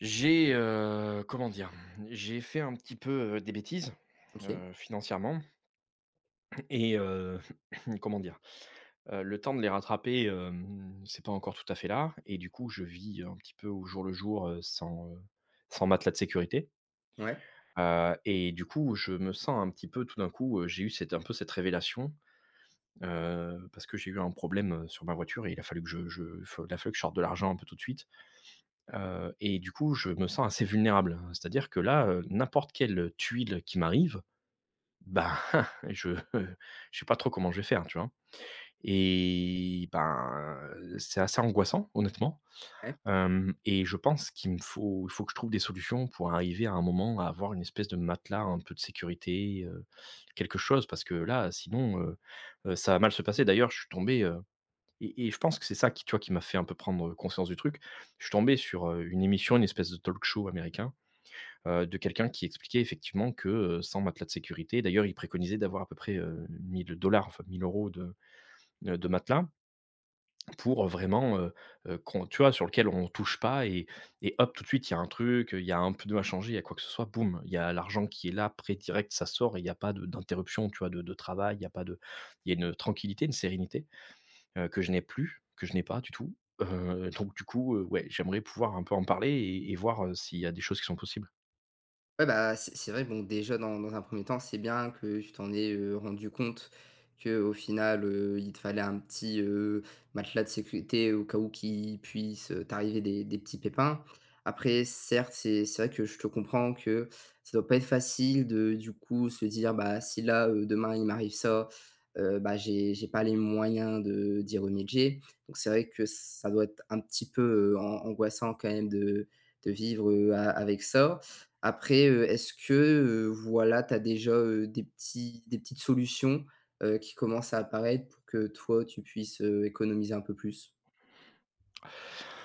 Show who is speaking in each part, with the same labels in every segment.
Speaker 1: J'ai, comment dire? J'ai fait un petit peu, des bêtises,
Speaker 2: OK.
Speaker 1: financièrement et comment dire? Le temps de les rattraper, c'est pas encore tout à fait là. Et du coup, je vis un petit peu au jour le jour, sans matelas de sécurité.
Speaker 2: Ouais,
Speaker 1: Et du coup, je me sens un petit peu tout d'un coup. J'ai eu cette un peu cette révélation, parce que j'ai eu un problème, sur ma voiture, et il a fallu que je sorte de l'argent un peu tout de suite. Et du coup, je me sens assez vulnérable, hein. C'est-à-dire que là, n'importe quelle tuile qui m'arrive, ben, je sais pas trop comment je vais faire, tu vois? Et ben, c'est assez angoissant, honnêtement.
Speaker 2: ouais.
Speaker 1: Hem et je pense qu'il me faut il faut que je trouve des solutions pour arriver à un moment à avoir une espèce de matelas un peu de sécurité, quelque chose. Parce que là, sinon, ça va mal se passer. D'ailleurs, je suis tombé, et je pense que c'est ça qui, tu vois, qui m'a fait un peu prendre conscience du truc. Je suis tombé sur, une émission, une espèce de talk show américain, de quelqu'un qui expliquait effectivement que, sans matelas de sécurité d'ailleurs, il préconisait d'avoir à peu près, 1 000, enfin 1 000 euros de, de matelas pour, vraiment, qu'on tu vois, sur lequel on touche pas. Et hop, tout de suite, il y a un truc, il y a un peu de à changer, il y a quoi que ce soit, boum, il y a l'argent qui est là, prêt direct, ça sort, et il n'y a pas de d'interruption, tu vois, de travail, il y a pas de il y a une tranquillité, une sérénité que je n'ai plus, que je n'ai pas du tout. Donc du coup, ouais, j'aimerais pouvoir un peu en parler, et voir, s'il y a des choses qui sont possibles.
Speaker 2: Ouais, bah, c'est vrai. Bon, déjà, dans un premier temps, c'est bien que tu t'en aies rendu compte que, au final, il te fallait un petit matelas de sécurité au cas où qu'il puisse t'arriver des petits pépins. Après, certes, c'est vrai que je te comprends que ça doit pas être facile de, du coup, se dire: «Bah, si là, demain, il m'arrive ça, bah, j'ai pas les moyens de d'y remédier». Donc c'est vrai que ça doit être un petit peu, an angoissant quand même de vivre, a avec ça. Après, est-ce que, voilà, tu as déjà, des petites solutions, qui commencent à apparaître pour que toi, tu puisses économiser un peu plus?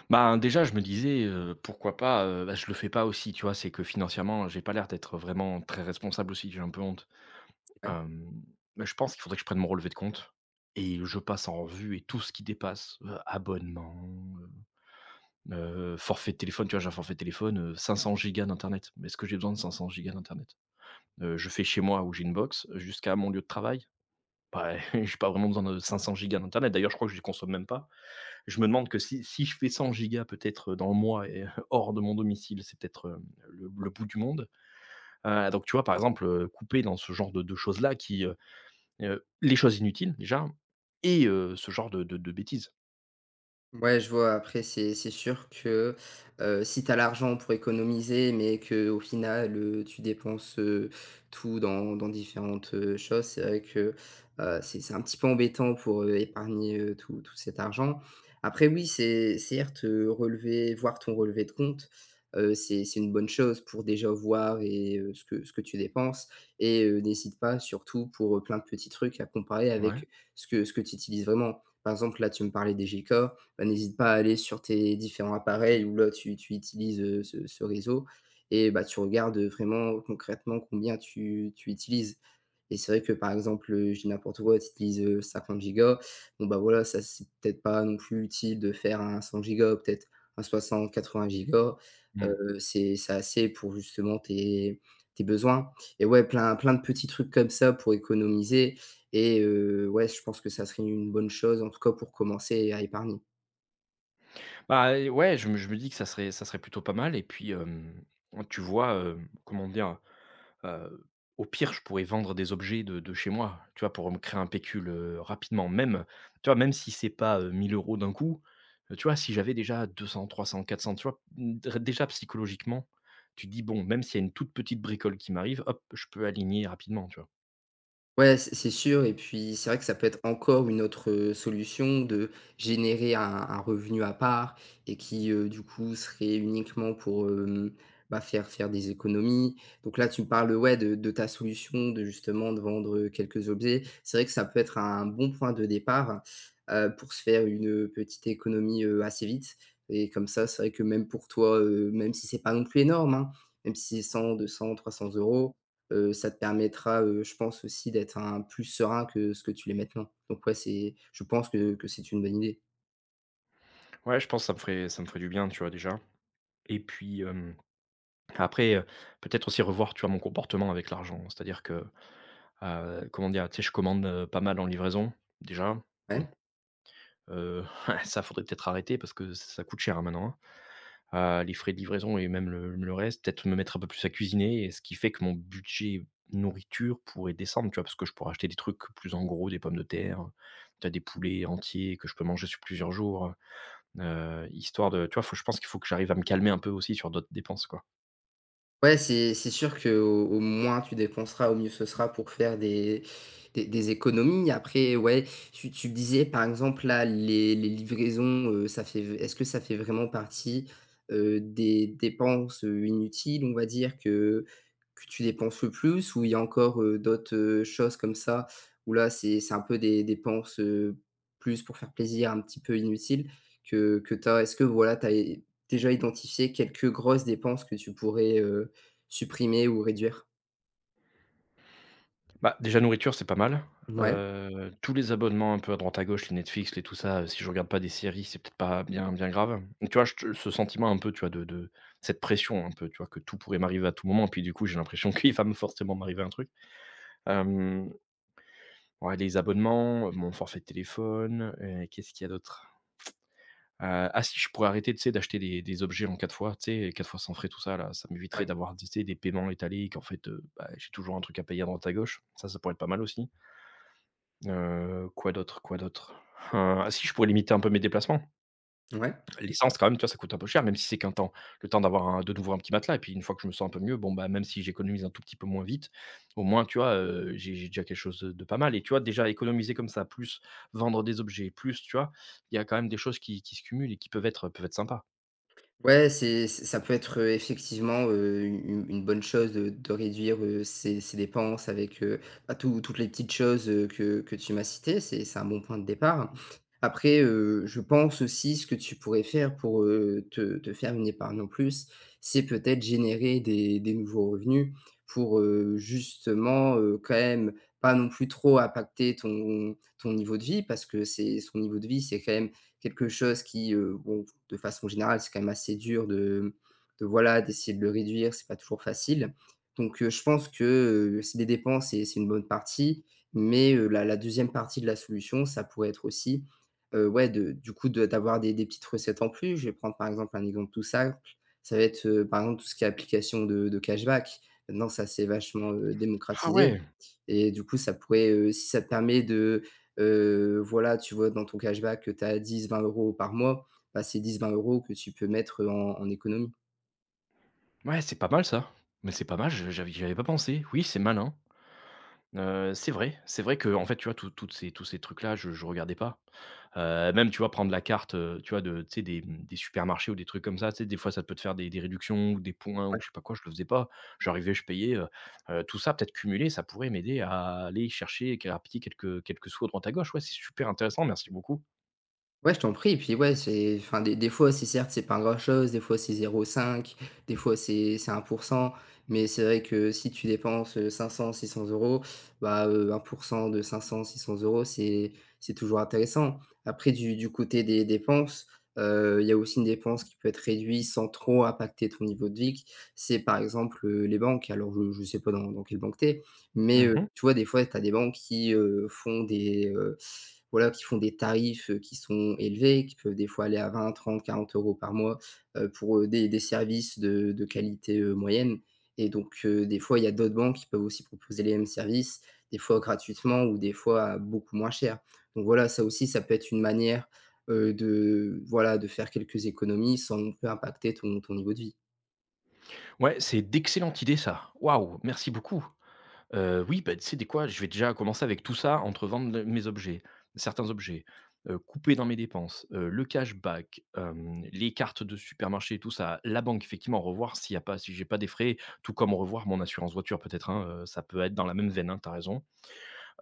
Speaker 1: Bah déjà, je me disais, pourquoi pas, je le fais pas aussi, tu vois? C'est que financièrement, j'ai pas l'air d'être vraiment très responsable aussi, j'ai un peu honte.
Speaker 2: Ouais.
Speaker 1: Hem, Bah, je pense qu'il faudrait que je prenne mon relevé de compte et je passe en revue, et tout ce qui dépasse: abonnement, heu forfait de téléphone, tu vois? J'ai un forfait de téléphone, 500 gigas d'internet. Mais est-ce que j'ai besoin de 500 gigas d'internet? Je fais chez moi où j'ai une box, jusqu'à mon lieu de travail. Bah, j'ai pas vraiment besoin de 500 gigas d'internet. D'ailleurs, je crois que je ne consomme même pas. Je me demande que si je fais 100 gigas peut-être, dans le mois, et hors de mon domicile, c'est peut-être, le bout du monde. Donc tu vois, par exemple, couper dans ce genre de choses-là qui, les choses inutiles déjà, ce genre de bêtises.
Speaker 2: Ouais, je vois. Après, c'est sûr que, si tu as l'argent pour économiser, mais que, au final, tu dépenses tout dans différentes choses, c'est vrai que, c'est un petit peu embêtant pour, épargner tout cet argent. Après oui, c'est certes, relever voir ton relevé de compte. C'est une bonne chose pour déjà voir et ce que tu dépenses et n'hésite pas surtout pour, plein de petits trucs à comparer
Speaker 1: Ouais.
Speaker 2: avec ce que tu utilises vraiment. Par exemple, là, tu me parlais des gigas. Bah, n'hésite pas à aller sur tes différents appareils où là tu utilises ce réseau, et bah, tu regardes vraiment concrètement combien tu utilises, et c'est vrai que, par exemple, je dis n'importe quoi, tu utilises 50 gigas. Bon, bah, voilà, ça c'est peut-être pas non plus utile de faire un 100 gigas, peut-être un 60-80 gigas,
Speaker 1: Mmh.
Speaker 2: heu, C'est assez pour justement tes besoins. Et ouais, plein de petits trucs comme ça pour économiser. Et ouais, je pense que ça serait une bonne chose, en tout cas, pour commencer à épargner.
Speaker 1: Bah, ouais, je me dis que ça serait plutôt pas mal. Et puis, tu vois, comment dire? Heu, Au pire, je pourrais vendre des objets de chez moi, tu vois? Pour me créer un pécule, rapidement. Même, tu vois? Même si c'est pas, 1 000 d'un coup, tu vois? Si j'avais déjà 200, 300, 400, tu vois? Mmh, déjà psychologiquement, tu te dis: «Bon, même s'il y a une toute petite bricole qui m'arrive, hop, je peux aligner rapidement», tu vois?
Speaker 2: Ouais, c'est sûr. Et puis c'est vrai que ça peut être encore une autre solution de générer un revenu à part et qui, du coup, serait uniquement pour, bah, faire des économies. Donc là, tu me parles, ouais, de ta solution de justement de vendre quelques objets. C'est vrai que ça peut être un bon point de départ, pour se faire une petite économie, assez vite et comme ça. C'est vrai que même pour toi, même si c'est pas non plus énorme, hein, même si c'est cent, deux cents, trois cents euros, ça te permettra, je pense aussi, d'être un plus serein que ce que tu l'es maintenant. Donc ouais, c'est, je pense que c'est une bonne idée.
Speaker 1: Ouais, je pense que ça me ferait du bien, tu vois? Déjà. Et puis, après, peut-être aussi revoir, mon comportement avec l'argent. C'est-à-dire que, comment dire? Tu sais, je commande, pas mal en livraison, déjà. Bon.
Speaker 2: Ouais?
Speaker 1: Heu, ça faudrait peut-être arrêter parce que ça coûte cher, hein, maintenant, hein. Les frais de livraison et même le reste, peut-être me mettre un peu plus à cuisiner, et ce qui fait que mon budget nourriture pourrait descendre, tu vois? Parce que je pourrais acheter des trucs plus en gros, des pommes de terre. T'as des poulets entiers que je peux manger sur plusieurs jours, histoire de, tu vois? Faut Je pense qu'il faut que j'arrive à me calmer un peu aussi sur d'autres dépenses, quoi.
Speaker 2: Ouais, c'est sûr que au moins tu dépenseras, au mieux ce sera pour faire des économies. Après, ouais, tu me disais, par exemple, là, les livraisons, ça fait est-ce que ça fait vraiment partie des dépenses inutiles, on va dire, que tu dépenses le plus? Ou il y a encore d'autres choses comme ça, où là, c'est un peu des dépenses plus pour faire plaisir, un petit peu inutiles que tu as? Est-ce que, voilà, tu as déjà identifié quelques grosses dépenses que tu pourrais supprimer ou réduire?
Speaker 1: Bah, déjà nourriture, c'est pas mal.
Speaker 2: Ouais,
Speaker 1: Tous les abonnements un peu à droite à gauche, les Netflix, les tout ça. Si je regarde pas des séries, c'est peut-être pas bien bien grave. Donc, tu vois, je te ce sentiment un peu, tu vois, de cette pression un peu, tu vois, que tout pourrait m'arriver à tout moment, et puis du coup, j'ai l'impression qu'il va me forcément m'arriver un truc. Hem, ouais, les abonnements, mon forfait de téléphone, qu'est-ce qu'il y a d'autre? Ah si, je pourrais arrêter, tu sais, d'acheter des objets en 4 fois, tu sais, 4 fois sans frais, tout ça là, ça m'éviterait
Speaker 2: ouais,
Speaker 1: d'avoir, tu sais, des paiements étalés, et qu'en fait, j'ai toujours un truc à payer à droite à gauche. Ça pourrait être pas mal aussi. Quoi d'autre, quoi d'autre? Ah si, je pourrais limiter un peu mes déplacements.
Speaker 2: ouais.
Speaker 1: L'essence quand même, tu vois, ça coûte un peu cher, même si c'est qu'un temps. Le temps d'avoir un de nouveau un petit matelas, et puis une fois que je me sens un peu mieux, bon, bah, même si j'économise un tout petit peu moins vite, au moins, tu vois, j'ai déjà quelque chose, de pas mal. Et tu vois, déjà économiser comme ça, plus vendre des objets, plus, tu vois, il y a quand même des choses qui se cumulent, et qui peuvent être sympas.
Speaker 2: Ouais, c'est, ça peut être effectivement, u une bonne chose de réduire, ses dépenses avec, bah, toutes les petites choses, que tu m'as citées. C'est un bon point de départ. Après, je pense aussi, ce que tu pourrais faire pour, te faire une épargne en plus, c'est peut-être générer des nouveaux revenus pour, justement, quand même pas non plus trop impacter ton niveau de vie, parce que c'est son niveau de vie, c'est quand même quelque chose qui, bon, de façon générale, c'est quand même assez dur de, voilà, d'essayer de le réduire, c'est pas toujours facile. Donc, je pense que, c'est des dépenses et c'est une bonne partie, mais, la 2e partie de la solution, ça pourrait être aussi, ouais, de du coup, de d'avoir des petites recettes en plus. Je vais prendre, par exemple, un exemple tout simple. Ça va être, par exemple, tout ce qui est application de cashback. Maintenant, ça s'est vachement
Speaker 1: Ah
Speaker 2: démocratisé.
Speaker 1: ouais!
Speaker 2: Et du coup, ça pourrait, si ça te permet de, voilà, tu vois, dans ton cashback que tu as 10-20 € par mois, bah, c'est 10-20 € que tu peux mettre en économie.
Speaker 1: Ouais, c'est pas mal, ça. Mais c'est pas mal, je j'avais j'y avais pas pensé. Oui, c'est malin. C'est vrai, c'est vrai que en fait, tu vois, toutes ces tous ces trucs-là, je regardais pas. Même, tu vois, prendre la carte, tu vois, de tu sais, des, des supermarchés ou des trucs comme ça, tu sais, des fois, ça peut te faire des réductions ou des points ou je sais pas quoi. Je le faisais pas. J'arrivais, je payais. Tout ça, peut-être cumulé, ça pourrait m'aider à aller chercher à rapidement quelques sous à droite à gauche. Ouais, c'est super intéressant, merci beaucoup.
Speaker 2: Ouais, je t'en prie. Et puis, ouais, c'est, enfin, des fois, c'est, certes, c'est pas grand-chose, des fois c'est zéro virgule cinq, des fois c'est un pour cent, mais c'est vrai que si tu dépenses cinq cents six cents euros, bah, un pour cent de cinq cents six cents euros, c'est toujours intéressant. Après, du côté des dépenses, il y a aussi une dépense qui peut être réduite sans trop impacter ton niveau de vie. C'est, par exemple, les banques. Alors, je sais pas dans quelle banque t'es, mais
Speaker 1: Mmh.
Speaker 2: tu vois, des fois, t'as des banques qui, font voilà, qui font des tarifs qui sont élevés, qui peuvent des fois aller à 20-30-40 euros par mois, pour, des services de qualité, moyenne, et donc, des fois, il y a d'autres banques qui peuvent aussi proposer les mêmes services, des fois gratuitement ou des fois à beaucoup moins cher. Donc voilà, ça aussi, ça peut être une manière, de voilà, de faire quelques économies sans non plus impacter ton niveau de vie.
Speaker 1: Ouais, c'est d'excellentes idées, ça. Waouh, merci beaucoup. Oui, bah, tu sais, je vais déjà commencer avec tout ça: entre vendre le mes objets, certains objets, couper dans mes dépenses, le cashback, les cartes de supermarché, tout ça, la banque, effectivement, revoir s'il y a pas si j'ai pas des frais, tout comme revoir mon assurance voiture peut-être, hein, ça peut être dans la même veine, hein, tu as raison.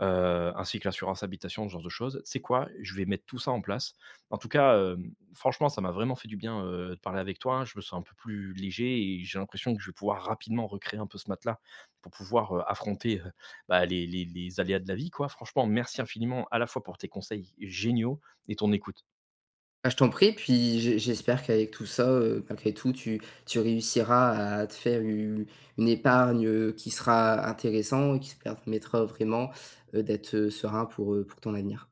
Speaker 1: Ainsi que l'assurance habitation, ce genre de choses. C'est quoi? Je vais mettre tout ça en place. En tout cas, franchement, ça m'a vraiment fait du bien, de parler avec toi, hein. Je me sens un peu plus léger et j'ai l'impression que je vais pouvoir rapidement recréer un peu ce matelas pour pouvoir, affronter, les aléas de la vie, quoi. Franchement, merci infiniment à la fois pour tes conseils géniaux et ton écoute.
Speaker 2: Ah, je t'en prie, puis j'espère qu'avec tout ça, malgré tout, tu réussiras à te faire une épargne, qui sera intéressant et qui te permettra vraiment, d'être serein pour, pour ton avenir.